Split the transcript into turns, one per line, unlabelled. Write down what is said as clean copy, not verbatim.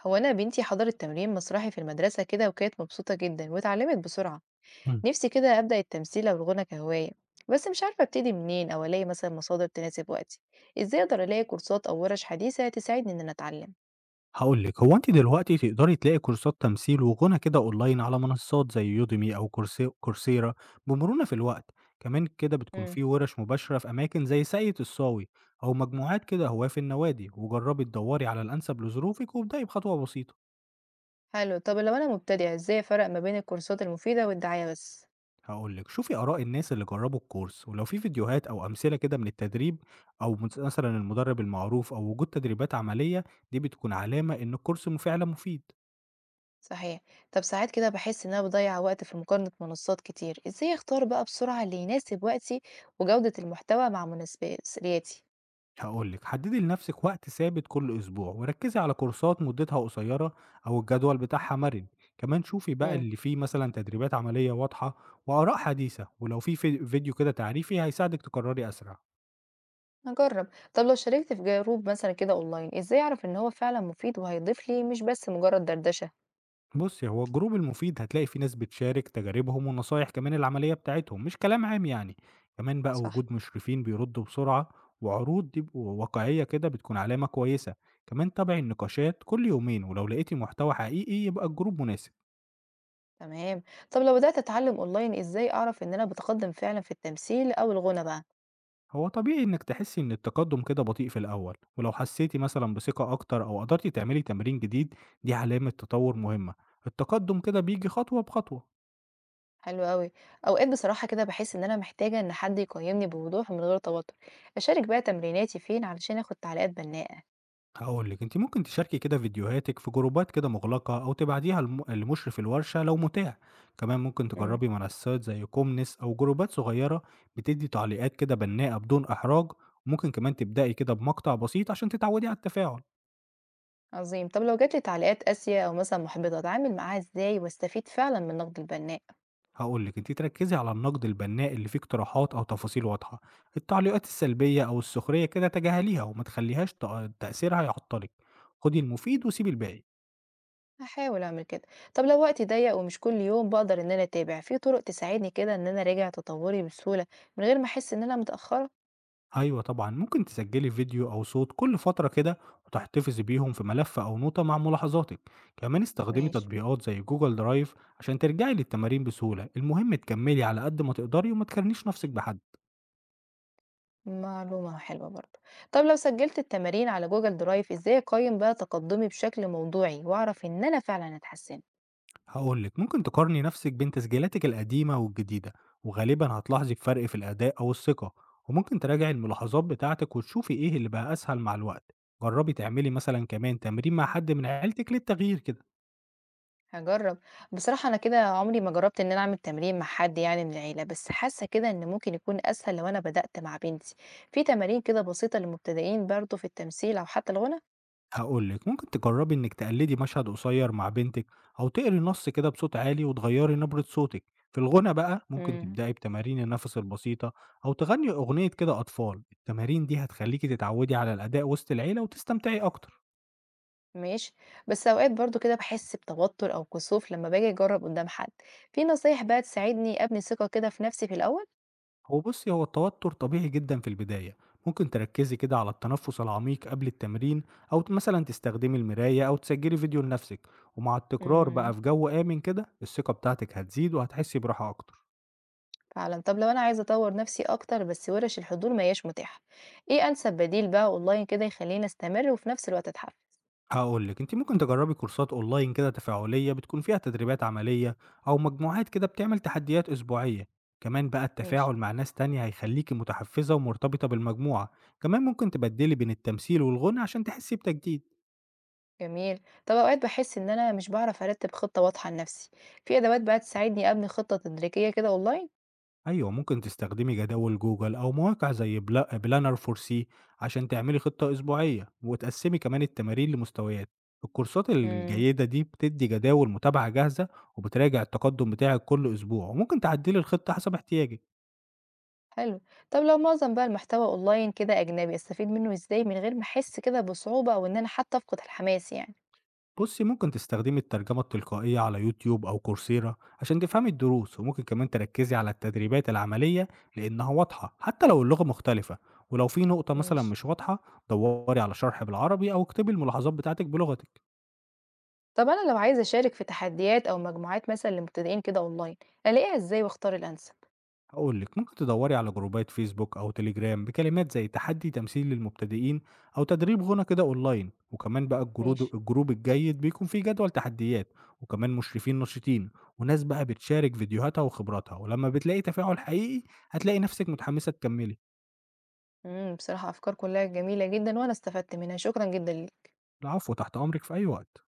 هو أنا بنتي حضرت تمرين مسرحي في المدرسة كده، وكانت مبسوطة جدا واتعلمت بسرعة.
إمم.
نفسي كده أبدأ التمثيل أو الغنى كهواية، بس مش عارفة أبتدي منين أو ألاقي مثلا مصادر تناسب وقتي. إزاي أقدر ألاقي كورسات أو ورش حديثة تساعدني إن أنا أتعلم؟
هاقول لِك، هو أنتِ دلوقتي تقدري تلاقي كورسات تمثيل وغُنى كده أونلاين على منصات زي Udemy أو كورسي كورسيرا بمرونة في الوقت، كمان كده بتكون
مم.
في وِرَش مباشرة في أماكن زي ساقية الصاوي أو مجموعات كده هواة في النوادي، وجرّبي تدوّري على الأنسب لظروفِك وابدئي بخطوة بسيطة.
حلو. طب لو أنا مبتدئة إزاي أفرق ما بين الكورسات المفيدة والدعاية بس؟
هاقول لِك، شوفي آراء الناس اللي جرّبوا الكورس، ولو في فيديوهات أو أمثلة كده من التدريب أو مثلًا المُدرّب المعروف أو وجود تدريبات عملية، دي بتكون علامة إن الكورس م فعلًا مفيد.
صحيح. طب ساعات كده بحس إن أنا بضيع وقت في مقارنة منصات كتير، إزاي أختار بقى بسرعة اللي يناسب وقتي وجودة المحتوى مع مناسباتي؟
هاقول لِك، حددي لنفسِك وقت ثابت كل أسبوع، وركزي على كورسات مدتها قصيرة أو الجدول بتاعها مرن، كمان شوفي بقى اللي فيه مثلًا تدريبات عملية واضحة وآراء حديثة، ولو في فيديو كده تعريفي هيساعدك تقرري أسرع.
هاجرّب. طب لو شاركت في جروب مثلًا كده أونلاين، إزاي أعرف إن هو فعلًا مفيد وهيضيف لي مش بس مجرد دردشة؟
بُصّي، هو الجروب المفيد هتلاقي فيه ناس بتشارك تجاربهم ونصايح كمان العملية بتاعتهم، مش كلام عام يعني، كمان بقى
صح.
وجود مشرفين بيردوا بسرعة وعروض بيبقوا واقعية كده بتكون علامة كويسة، كمان تابعي النقاشات كل يومين ولو لقيتِ محتوى حقيقي يبقى الجروب مناسب.
تمام. طب لو بدأت أتعلم أونلاين، إزاي أعرف إن أنا باتقدّم فعلًا في التمثيل أو الغُنى بقى؟
هو طبيعي إنِك تحسي إن التقدم كده بطيء في الأول، ولو حسيتي مثلًا بثقة أكتر أو قدرتِ تعملي تمرين جديد دي علامة تطور مهمة، التقدم كده بييجي خطوة بخطوة.
حلو أوي. أوقات بصراحة كده باحس إن أنا محتاجة إن حد يقيّمني بوضوح ومن غير توتر. أشارك بقى تمريناتي فين علشان آخُد تعليقات بنّاءة؟
هاقول لِك أنتِ ممكن تشاركي كده فيديوهاتِك في جروبات كده مغلقة أو تبعتيها لم لمشرف الورشة لو متاح، كمان ممكن
إمم،
تجربي منصات زي كومنس أو جروبات صغيرة بتدي تعليقات كده بناءة بدون إحراج، ممكن كمان تبدأي كده بمقطع بسيط عشان تتعودي على التفاعل.
عظيم. طب لو جات لي تعليقات قاسية أو مثلًا مُحبِطة، أتعامل معاها إزاي واستفيد فعلًا من النقد البنّاء؟
هاقول لِك أنتِ تركّزي على النقد البناء اللي فيه اقتراحات أو تفاصيل واضحة، التعليقات السلبية أو السخرية كده تجاهليها وما تخلّيهاش تأثيرها يعطّلِك، خُدي المفيد وسيبي الباقي.
هاحاول أعمل كده. طب لو وقتي ضيّق ومش كل يوم باقدر إن أنا أتابع، في طرق تساعدني كده إن أنا أراجع تطوّري بسهولة من غير ما أحس إن أنا متأخّرة؟
أيوه طبعًا، ممكن تسجّلي فيديو أو صوت كل فترة كده وتحتفظي بيهم في ملف أو نوتة مع ملاحظاتِك، كمان استخدمي
ماشي،
تطبيقات زي Google Drive عشان ترجعي للتمارين بسهولة، المهم تكمّلي على قد ما تقدري وما تقارنيش نَفْسِك بحد.
معلومة حلوة برضه. طب لو سجّلت التمارين على Google Drive إزاي أقيّم بقى تقدُّمي بشكل موضوعي وأعرف إن أنا فعلًا اتحسِّنت؟
هاقول لِك، ممكن تقارني نفسِك بين تسجيلاتِك القديمة والجديدة، وغالبًا هتلاحظي فرق في الأداء أو الثقة، وممكن تراجعي الملاحظات بتاعتِك وتشوفي إيه اللي بقى أسهل مع الوقت، جرّبي تعملي مثلًا كمان تمرين مع حد من عيلتِك للتغيير كده.
هاجرّب. بصراحة أنا كده عمري ما جرّبت إن أنا أعمل تمرين مع حد يعني من العيلة، بس حاسّة كده إن ممكن يكون أسهل لو أنا بدأت مع بنتي. في تمارين كده بسيطة للمبتدئين برضه في التمثيل أو حتى الغُنى؟
هاقول لِك ممكن تجرّبي إنِّك تقلدي مشهد قصير مع بنتِك أو تقري نص كده بصوت عالي وتغيّري نبرة صوتِك، في الغنا بقى ممكن
إمم.
تبدئي بتمارين النَفَس البسيطة أو تغني أغنية كده أطفال، التمارين دي هتخلّيكِ تتعودي على الأداء وسط العيلة وتستمتعي أكتر.
ماشي، بس أوقات برضه كده باحس بتوتر أو كسوف لمّا باجي أجرّب قدّام حد، في نصايح بقى تساعدني أبني ثقة كده في نفسي في الأول؟
هو بصي، هو التوتر طبيعي جدا في البداية، ممكن تركزي كده على التنفس العميق قبل التمرين أو مثلا تستخدمي المراية أو تسجلي فيديو لنفسك، ومع التكرار بقى
إمم،
في جو آمن كده الثقة بتاعتك هتزيد وهتحسي براحة أكتر.
فعلًا. طب لو أنا عايزة أطوّر نفسي أكتر بس وِرِش الحضور ما هياش متاحة، إيه أنسب بديل بقى أونلاين كده يخلّيني أستمر وفي نفس الوقت أتحفز؟
هقولك انت ممكن تجربي كورسات اونلاين كده تفاعلية بتكون فيها تدريبات عملية أو مجموعات كده بتعمل تحديات أسبوعية، كمان بقى
ماشي،
التفاعل مع ناس تانية هيخليكي متحفزة ومرتبطة بالمجموعة، كمان ممكن تبدلي بين التمثيل والغنى عشان تحسي بتجديد.
جميل. طب أوقات باحس إن أنا مش باعرف أرتّب خطة واضحة لنفسي، في أدوات بقى تساعدني أبني خطة تدريجية كده أونلاين؟
أيوه، ممكن تستخدمي جداول جوجل أو مواقع زي بلا Planner for C عشان تعملي خطة أسبوعية، وتقسّمي كمان التمارين لمستويات. الكورسات
إمم.
الجيدة دي بتدّي جداول متابعة جاهزة، وبتراجع التقدم بتاعِك كل أسبوع، وممكن تعدّلي الخطة حسب احتياجِك.
حلو. طب لو معظم بقى المحتوى أونلاين كده أجنبي، أستفيد منه إزاي من غير ما أحس كده بصعوبة أو إن أنا حتى أفقد الحماس يعني؟
بُصّي، ممكن تستخدمي الترجمة التلقائية على يوتيوب أو كورسيرا عشان تفهمي الدروس، وممكن كمان تركّزي على التدريبات العملية لإنها واضحة حتى لو اللغة مختلفة، ولو في نقطة مثلًا
ماشي.
مش واضحة، دوري على شرح بالعربي أو اكتبي الملاحظات بتاعتِك بلغتِك.
طب أنا لو عايزة أشارك في تحديات أو مجموعات مثلا لمبتدئين كده أونلاين، ألاقيها إزاي وأختار الأنسب؟
هقول لك ممكن تدوري على جروبات فيسبوك أو تليجرام بكلمات زي تحدي تمثيل للمبتدئين أو تدريب غنى كده أونلاين، وكمان بقى
ماشي،
الجروب الجيد بيكون فيه جدول تحديات وكمان مشرفين نشيطين وناس بقى بتشارك فيديوهاتها وخبراتها، ولما بتلاقي تفاعل حقيقي هتلاقي نفسك متحمسة تكملي.
امم، بصراحة أفكار كلها جميلة جدا وأنا استفدت منها، شكرا جدا ليك.
العفو، تحت أمرك في أي وقت.